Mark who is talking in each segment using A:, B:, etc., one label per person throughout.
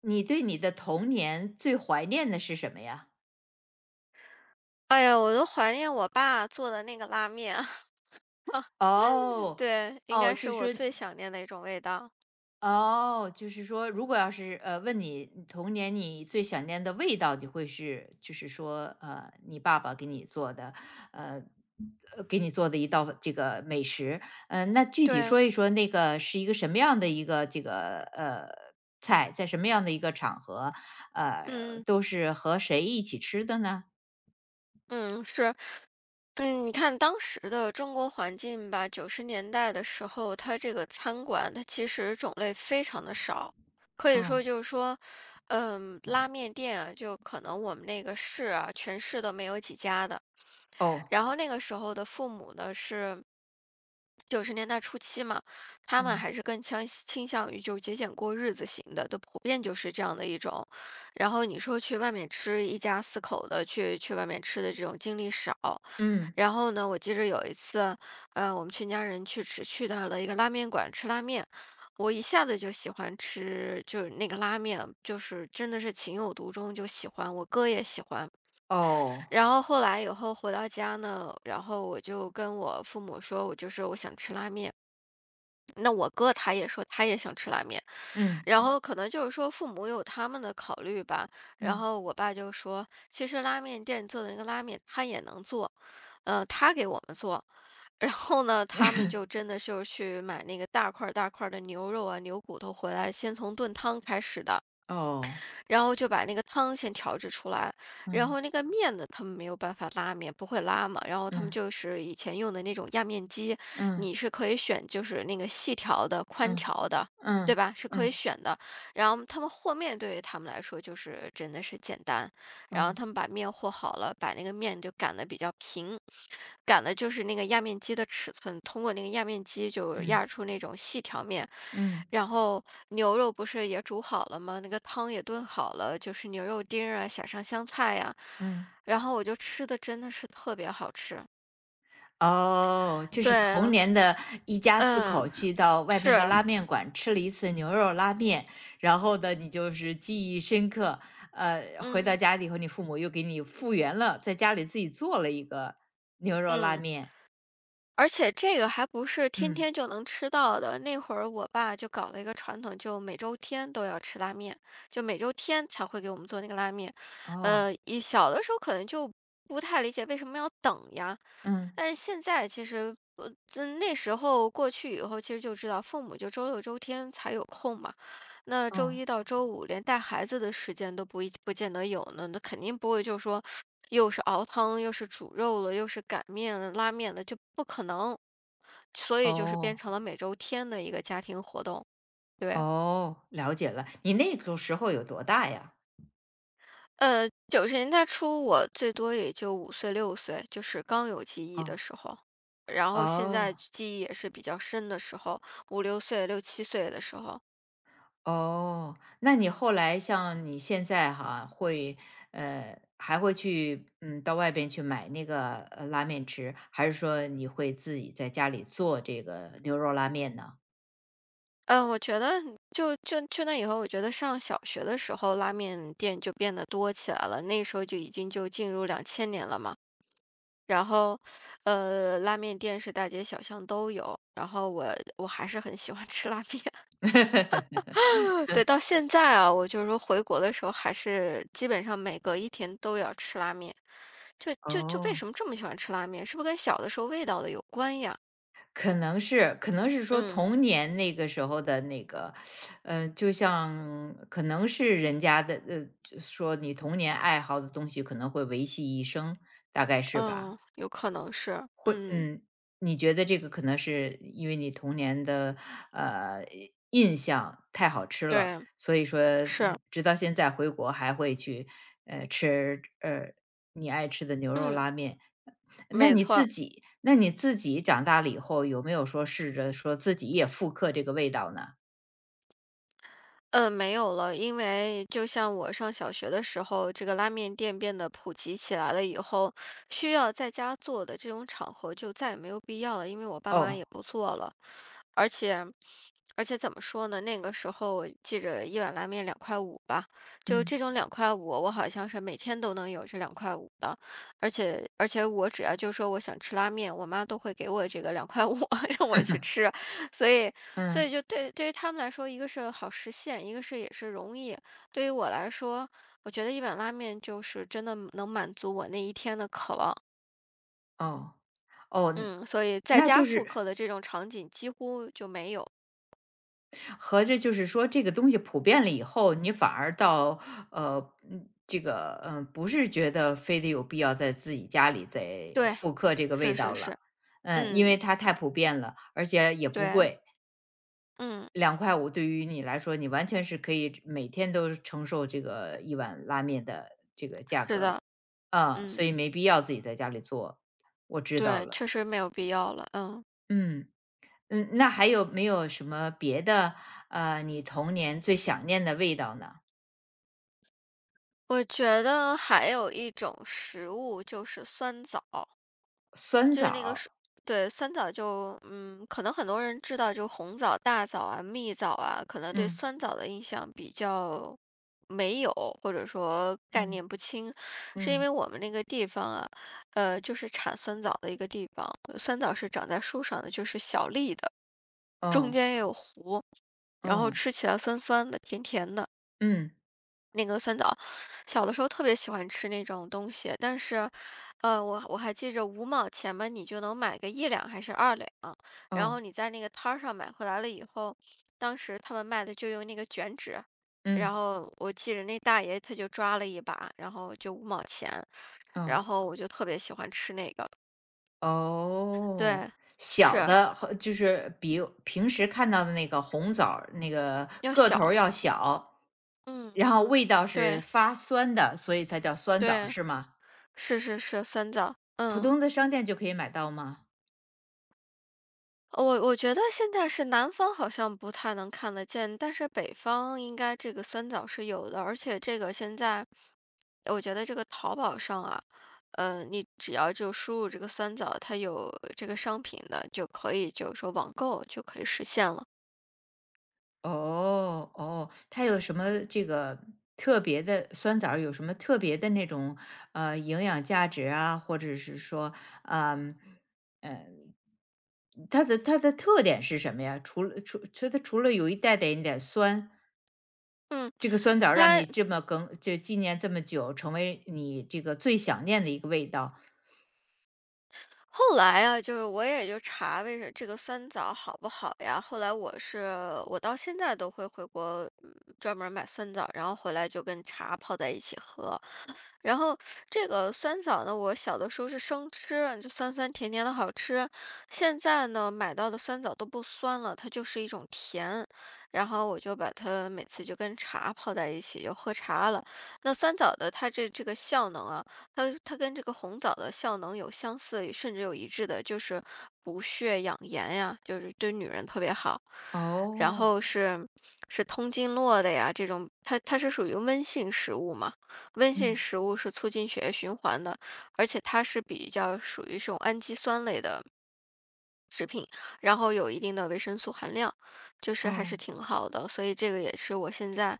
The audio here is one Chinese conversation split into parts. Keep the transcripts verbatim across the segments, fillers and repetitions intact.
A: 你对你的童年最怀念的是什么呀？
B: 哎呀，我都怀念我爸做的那个拉面啊，
A: 哦。
B: 对，应该
A: 哦。
B: 是
A: 就
B: 我
A: 是，
B: 最想念的一种味道。
A: 哦，就是说，如果要是呃问你童年你最想念的味道，你会是就是说呃你爸爸给你做的呃呃给你做的一道这个美食。嗯，那具体
B: 对，
A: 说一说那个是一个什么样的一个这个呃菜，在什么样的一个场合，呃，
B: 嗯
A: 都是和谁一起吃的呢？
B: 嗯，是，嗯，你看当时的中国环境吧，九十年代的时候，它这个餐馆它其实种类非常的少，可以说
A: 哦
B: 就是说，嗯，拉面店啊，就可能我们那个市啊，全市都没有几家的。
A: 哦，
B: 然后那个时候的父母呢是。九十年代初期嘛，他们
A: 嗯
B: 还是更倾倾向于就是节俭过日子型的，都普遍就是这样的一种。然后你说去外面吃，一家四口的去去外面吃的这种经历少。
A: 嗯。
B: 然后呢，我记着有一次，呃，我们全家人去吃去到了一个拉面馆吃拉面，我一下子就喜欢吃，就是那个拉面，就是真的是情有独钟，就喜欢。我哥也喜欢。
A: 哦。
B: 然后后来以后回到家呢，然后我就跟我父母说，我就说我想吃拉面。那我哥他也说他也想吃拉面，
A: 嗯，
B: 然后可能就是说父母有他们的考虑吧。然
A: 嗯。
B: 后我爸就说，其实拉面店做的那个拉面他也能做，呃，他给我们做。然后呢，他们就真的就是去买那个大块儿大块儿的牛肉啊、牛骨头回来，先从炖汤开始的。
A: 哦，
B: 然后就把那个汤先调制出来，然
A: 嗯，
B: 后那个面呢，他们没有办法拉面，不会拉嘛，然后他们
A: 嗯，
B: 就是以前用的那种压面机，
A: 嗯，
B: 你是可以选就是那个细条的、宽
A: 嗯，
B: 条的，对
A: 嗯，
B: 吧？是可以
A: 嗯，
B: 选的。然后他们和面对于他们来说就是真的是简单。然后
A: 嗯，
B: 他们把面和好了，把那个面就擀的比较平，擀的就是那个压面机的尺寸，通过那个压面机就
A: 嗯，
B: 压出那种细条面。
A: 嗯，
B: 然后牛肉不是也煮好了吗？那个汤也炖好了，就是牛肉丁儿啊，撒上香菜呀、
A: 嗯。
B: 然后我就吃的真的是特别好吃。
A: 哦，就是童
B: 对，
A: 年的一家四
B: 嗯，
A: 口去到外面的
B: 是，
A: 拉嗯面馆吃了一次牛肉拉面，然后呢，你就是记忆深刻。呃，回到
B: 嗯
A: 家里以后，你父母又给你复原了，在家里自己做了一个牛肉拉
B: 嗯。
A: 面。
B: 而且这个还不是天
A: 嗯，
B: 天就能吃到的。那会儿我爸就搞了一个传统，就每周天都要吃拉面，就每周天才会给我们做那个拉面。
A: 哦，
B: 呃，一小的时候可能就不太理解为什么要等呀，
A: 嗯，
B: 但是现在其实，呃，自那时候过去以后，其实就知道父母就周六周天才有空嘛，那周
A: 嗯，
B: 一到周五连带孩子的时间都不一不见得有呢，那肯定不会就说又是熬汤，又是煮肉了，又是擀面、拉面的，就不可能。所以就是变
A: 哦。
B: 成了每周天的一个家庭活动，对。
A: 哦，了解了。你那个时候有多大呀？
B: 呃，九十年代初我最多也就五岁、六岁，就是刚有记忆的
A: 哦，
B: 时候。然后现在
A: 哦，
B: 记忆也是比较深的时候五六岁、六七岁的时候。
A: 哦，那你后来像你现在哈，会呃，还会去嗯，到外边去买那个呃拉面吃，还是说你会自己在家里做这个牛肉拉面呢？
B: 嗯，我觉得就就就那以后，我觉得上小学的时候，拉面店就变得多起来了，那时候就已经就进入两千年了嘛。然后，呃，拉面店是大街小巷都有，然后我我还是很喜欢吃拉面。对，到现在啊，我就是说回国的时候，还是基本上每隔一天都要吃拉面。就就就为
A: 哦。
B: 什么这么喜欢吃拉面？是不是跟小的时候味道的有关呀？
A: 可能是，可能是说
B: 嗯
A: 童年那个时候的那个，呃，就像可能是人家的，呃，就说你童年爱好的东西可能会维系一生，大概是吧？
B: 嗯，有可能是，
A: 会，
B: 嗯，
A: 嗯，你觉得这个可能是因为你童年的呃印象太好吃了，
B: 对，
A: 所以说呃
B: 是，
A: 直到现在回国还会去呃吃呃你爱吃的牛肉
B: 嗯，
A: 拉面，那
B: 没
A: 你自
B: 错，
A: 己那你自己长大了以后，有没有说试着说自己也复刻这个味道呢？
B: 嗯，没有了，因为就像我上小学的时候，这个拉面店变得普及起来了以后，需要在家做的这种场合就再也没有必要了，因为我爸妈也
A: 哦，
B: 不做了。而且而且怎么说呢？那个时候我记着一碗拉面两块五吧，就
A: 嗯，
B: 这种两块五，我好像是每天都能有这两块五的，而且而且我只要就说我想吃拉面，我妈都会给我这个两块五 让我去吃。所以所
A: 嗯，
B: 以就对对于他们来说，一个是好实现，一个是也是容易。对于我来说，我觉得一碗拉面就是真的能满足我那一天的渴望。
A: 哦，哦，
B: 嗯，所以在
A: 那
B: 家
A: 就
B: 复
A: 是
B: 刻的这种场景几乎就没有。
A: 合着就是说这个东西普遍了以后，你反而到，呃，嗯这个，嗯，呃不是觉得非得有必要在自己家里再
B: 对，
A: 复刻这个
B: 是
A: 味
B: 是
A: 道了。
B: 是，
A: 嗯，因为
B: 嗯，
A: 它太普遍了，而且也不
B: 对，
A: 贵。
B: 嗯，
A: 两块五对于你来说，你完全是可以每天都承受这个一碗拉面的
B: 是的，
A: 啊，所
B: 嗯，
A: 以没必要自己在家里做，我知道
B: 对，
A: 了。
B: 确实没有必要了，嗯，
A: 嗯，嗯，那还有没有什么别的，呃，你童年最想念的味道呢？
B: 我觉得还有一种食物就是酸枣。
A: 酸
B: 就
A: 枣
B: 是那个
A: 儿，
B: 水对，酸枣就嗯，可能很多人知道，就红枣、大枣啊、蜜枣啊，可能对
A: 嗯
B: 酸枣的印象比较没有，或者说概
A: 嗯
B: 念不清，是因
A: 嗯，
B: 为我们那个地方啊，呃，就是产酸枣的一个地方，酸枣是长在树上的，就是小粒的，中
A: 哦
B: 间也有核，然后
A: 哦，
B: 吃起来酸酸的、甜甜的。
A: 嗯
B: 那个酸枣，小的时候特别喜欢吃那种东西，但是，呃，我我还记着五毛钱嘛，你就能买个一两还是二两，然后
A: 哦
B: 你在那个摊儿上买回来了以后，当时他们卖的就用那个卷纸，然
A: 嗯
B: 后我记着那大爷他就抓了一把，然后就五毛钱，然
A: 哦
B: 后我就特别喜欢吃那个，
A: 哦，
B: 对，
A: 小
B: 是
A: 的和就是比平时看到的那个红枣儿那个
B: 要
A: 个头儿
B: 小，
A: 要小，
B: 嗯，
A: 然后味道是
B: 对
A: 发酸的，所以它叫酸枣儿
B: 对，
A: 是吗？
B: 是是是酸枣，
A: 普
B: 嗯。
A: 通的商店就可以买到吗？
B: 呃我我觉得现在是南方好像不太能看得见，但是北方应该这个酸枣是有的，而且这个现在我觉得这个淘宝上啊，嗯，你只要就输入这个酸枣，它有这个商品的，就可以就是说网购就可以实现了。
A: 哦哦，它有什么这个特别的酸枣儿有什么特别的那种呃营养价值啊，或者是说，嗯呃，它的它的特点是什么呀？除了除除它除了有一带点一点酸，
B: 嗯，
A: 这个酸枣儿让你
B: 它
A: 这么更就纪念这么久，成为你这个最想念的一个味道。
B: 后来啊，就是我也就查为什这个酸枣好不好呀？后来我是我到现在都会回国，嗯，专门买酸枣，然后回来就跟茶泡在一起喝。然后这个酸枣呢，我小的时候是生吃，就酸酸甜甜的好吃。现在呢，买到的酸枣都不酸了，它就是一种甜。然后我就把它每次就跟茶泡在一起就喝茶了。那酸枣的它这这个效能啊，它它跟这个红枣的效能有相似，甚至有一致的，就是补血养颜呀，就是对女人特别好。然
A: 哦，
B: 后是是通经络的呀，这种它它是属于温性食物嘛。温性
A: 嗯，
B: 食物是促进血液循环的，而且它是比较属于这种氨基酸类的然后有一定的维生素含量，就是还是
A: 哦
B: 挺好的。所以这个也是我现在，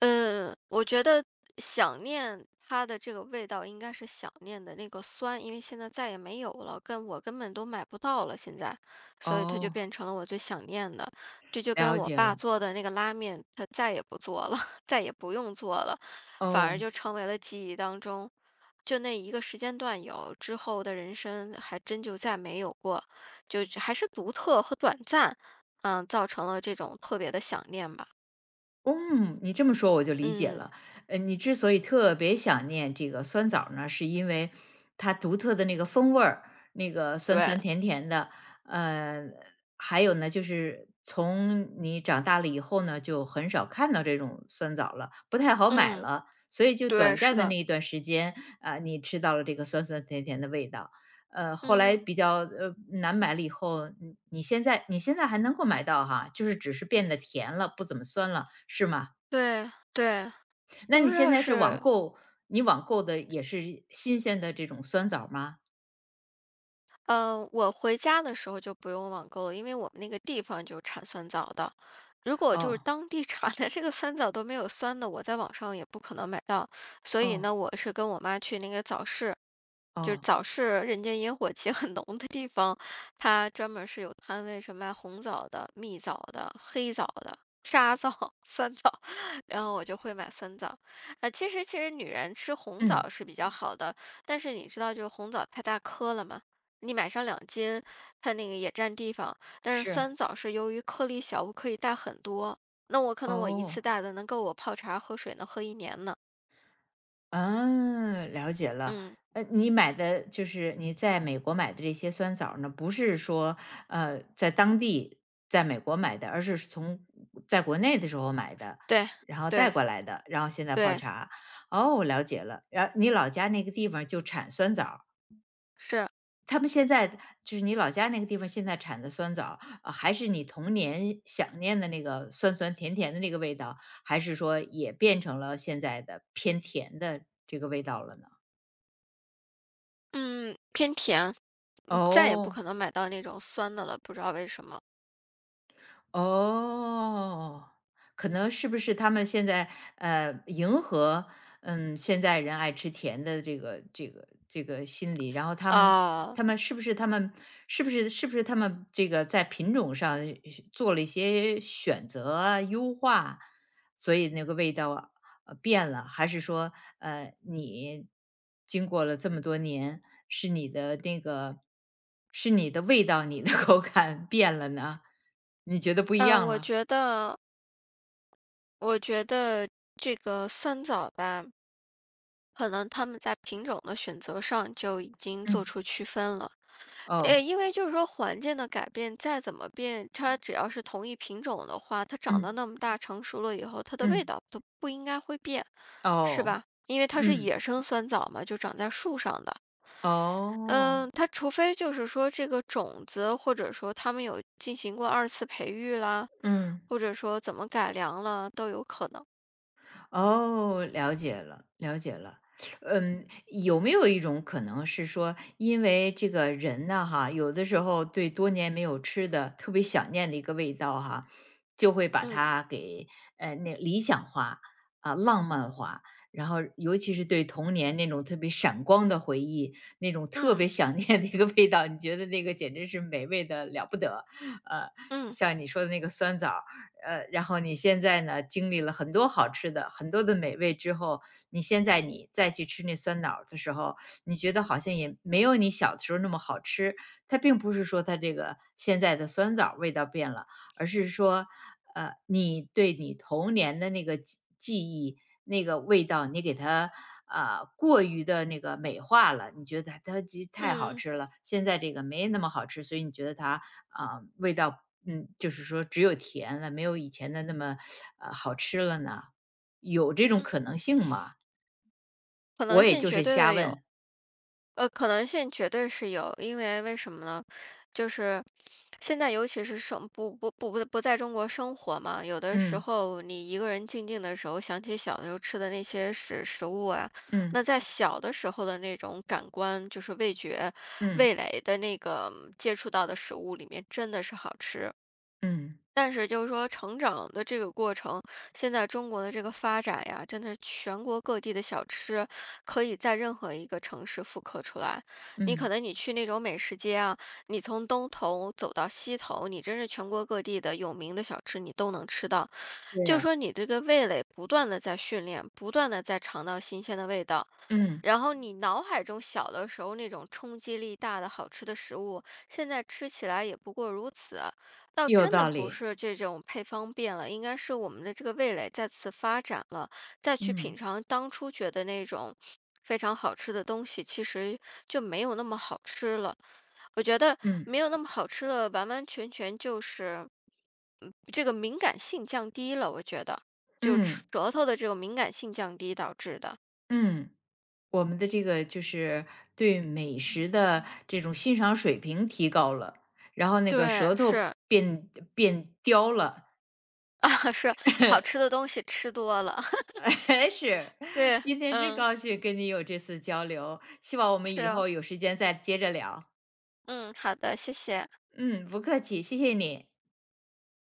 B: 呃，我觉得想念它的这个味道应该是想念的那个酸，因为现在再也没有了，跟我根本都买不到了现在，所以它就
A: 哦，
B: 变成了我最想念的。这就跟
A: 了
B: 我
A: 解
B: 爸
A: 了，
B: 做的那个拉面，他再也不做了，再也不用做了，反而
A: 哦。
B: 就成为了记忆当中。就那一个时间段有，之后的人生还真就再没有过。就是还是独特和短暂，嗯，造成了这种特别的想念吧。
A: 嗯，你这么说我就理解
B: 嗯，
A: 了。呃，你之所以特别想念这个酸枣儿呢，是因为它独特的那个风味儿，那个酸
B: 对，
A: 酸甜甜的。呃，还有呢，就是从你长大了以后呢，就很少看到这种酸枣了，不太好买
B: 嗯，
A: 了。所以就
B: 对，
A: 短
B: 是
A: 暂的
B: 的，
A: 那一段时间，啊、你吃到了这个酸酸甜甜的味道。呃，后来
B: 嗯，
A: 比较，呃，难买了以后，你你现在你现在还能够买到哈，就是只是变得甜了，不怎么酸了，是吗？
B: 对对，
A: 那
B: 不
A: 你
B: 知
A: 现
B: 道
A: 在是网
B: 是
A: 购你网购的也是新鲜的这种酸枣吗？
B: 嗯，呃我回家的时候就不用网购了，因为我们那个地方就产酸枣的。如果就是
A: 哦，
B: 当地 产的这个酸枣都没有酸的，我在网上也不可能买到。所以
A: 哦，
B: 呢，我是跟我妈去那个早市，就是
A: 哦，
B: 早市人间烟火气很浓的地方，它专门是有摊位是卖红枣的、蜜枣的、黑枣的、沙枣、酸枣，然后我就会买酸枣。呃，其实其实女人吃红
A: 嗯，
B: 枣是比较好的，但是你知道，就是红枣太大颗了嘛。你买上两斤，它那个也占地方，但是
A: 是，
B: 酸枣是由于颗粒小，我可以带很多。那我可能我一
A: 哦。
B: 次带的能够我泡茶喝水能喝一年呢。
A: 嗯，了解了。
B: 嗯，
A: 呃，你买的就是你在美国买的这些酸枣儿呢，不是说呃在当地在美国买的，而是从在国内的时候买的，
B: 对
A: 然后带
B: 对
A: 过来的，然后现在泡
B: 对，
A: 茶。哦，了解了。然后你老家那个地方就产酸枣儿，
B: 是，
A: 他们现在就是你老家那个地方现在产的酸枣儿，呃还是你童年想念的那个酸酸甜甜的那个味道，还是说也变成了现在的偏甜的这个味道了呢？
B: 嗯，偏甜，嗯再也不
A: 哦，
B: 可能买到那种酸的了，不知道为什么。
A: 哦，可能是不是他们现在，呃，迎合，嗯，现在人爱吃甜的这个这个这个心理，然后他们
B: 啊，
A: 他们是不是他们是不是是不是他们这个在品种上，呃做了一些选择啊优化，所以那个味道啊呃，变了，还是说，呃，你经过了这么多年，是你的那个是你的味道、你的 口感变了呢？你觉得不一
B: 嗯，
A: 样
B: 我
A: 了？
B: 觉得，我觉得这个酸枣吧，可能他们在品种的选择上就已经做
A: 嗯，
B: 出区分了。
A: 哦。
B: 诶，因为就是说环境的改变，再怎么变，它只要是同一品种的话，它长
A: 嗯，
B: 到那么大成熟了以后，它的味
A: 嗯，
B: 道都不应该会变，是
A: 哦。
B: 吧？因为它是
A: 嗯，
B: 野生酸枣嘛，就长在树上的。
A: 哦。
B: 嗯，它除非就是说这个种子，或者说他们有进行过二次培育啦，
A: 嗯。
B: 或者说怎么改良了，都有可能。
A: 哦，了解了，了解了。嗯，有没有一种可能是说，因为这个人呢，哈，有的时候对多年没有吃的特别想念的一个味道，哈，就会把
B: 嗯
A: 它给呃那理想化啊、浪漫化，然后尤其是对童年那种特别闪光的回忆，那种特
B: 嗯
A: 别想念的一个味道，你觉得那个简直是美味的了不得，呃，
B: 嗯
A: 像你说的那个酸枣呃，然后你现在呢，经历了很多好吃的、很多的美味之后，你现在你再去吃那酸枣儿的时候，你觉得好像也没有你小的时候那么好吃。它并不是说它这个现在的酸枣儿味道变了，而是说，呃，你对你童年的那个记记忆、那个味道，你给它啊、呃过于的那个美化了。你觉得它它其实太好
B: 嗯
A: 吃了，现在这个没那么好吃，所以你觉得它啊、味道嗯，就是说只有甜了，没有以前的那么呃好吃了呢？有这种可
B: 嗯，
A: 能性吗？
B: 可能
A: 我也
B: 性
A: 就
B: 绝
A: 是
B: 对
A: 瞎
B: 的有。
A: 问。
B: 呃，可能性绝对是有，因为为什么呢？就是现在，尤其是生不不不不不在中国生活嘛，有的时
A: 嗯
B: 候你一个人静静的时候，想起小的时候吃的那些食食物啊，
A: 嗯
B: 那在小的时候的那种感官，就是味觉、
A: 嗯
B: 味蕾的那个接触到的食物里面，真的是好吃。
A: 嗯
B: 但是就是说成长的这个过程，现在中国的这个发展呀，真的是全国各地的小吃可以在任何一个城市复刻出来。你可
A: 嗯，
B: 能你去那种美食街啊，你从东头走到西头，你真是全国各地的有名的小吃你都能吃到。
A: 对
B: 就是
A: 呀、
B: 说你这个味蕾不断的在训练，不断的在尝到新鲜的味道，
A: 嗯，
B: 然后你脑海中小的时候那种冲击力大的好吃的食物，现在吃起来也不过如此。倒
A: 有
B: 真的
A: 道
B: 不
A: 理。
B: 是这种配方变了，应该是我们的这个味蕾再次发展了，再去品
A: 嗯
B: 尝当初觉得那种非常好吃的东西，其实就没有那么好吃了。我觉得
A: 嗯
B: 没有那么好吃了，完完全全就是，嗯，这个敏感性降低了，我觉得，就吃
A: 嗯
B: 舌头的这个敏感性降低导致的。
A: 嗯，我们的这个就是对美食的这种欣赏水平提高了，然后那个
B: 对，
A: 舌头
B: 是。
A: 变变刁了。
B: 是，好 吃的东西吃多了，
A: 是，
B: 对，
A: 今天真
B: 嗯，
A: 高兴跟你有这次交流，希望我们
B: 是
A: 以
B: 哦，
A: 后有时间再接着聊。
B: 嗯，好的，谢谢。
A: 嗯，不客气，谢谢你。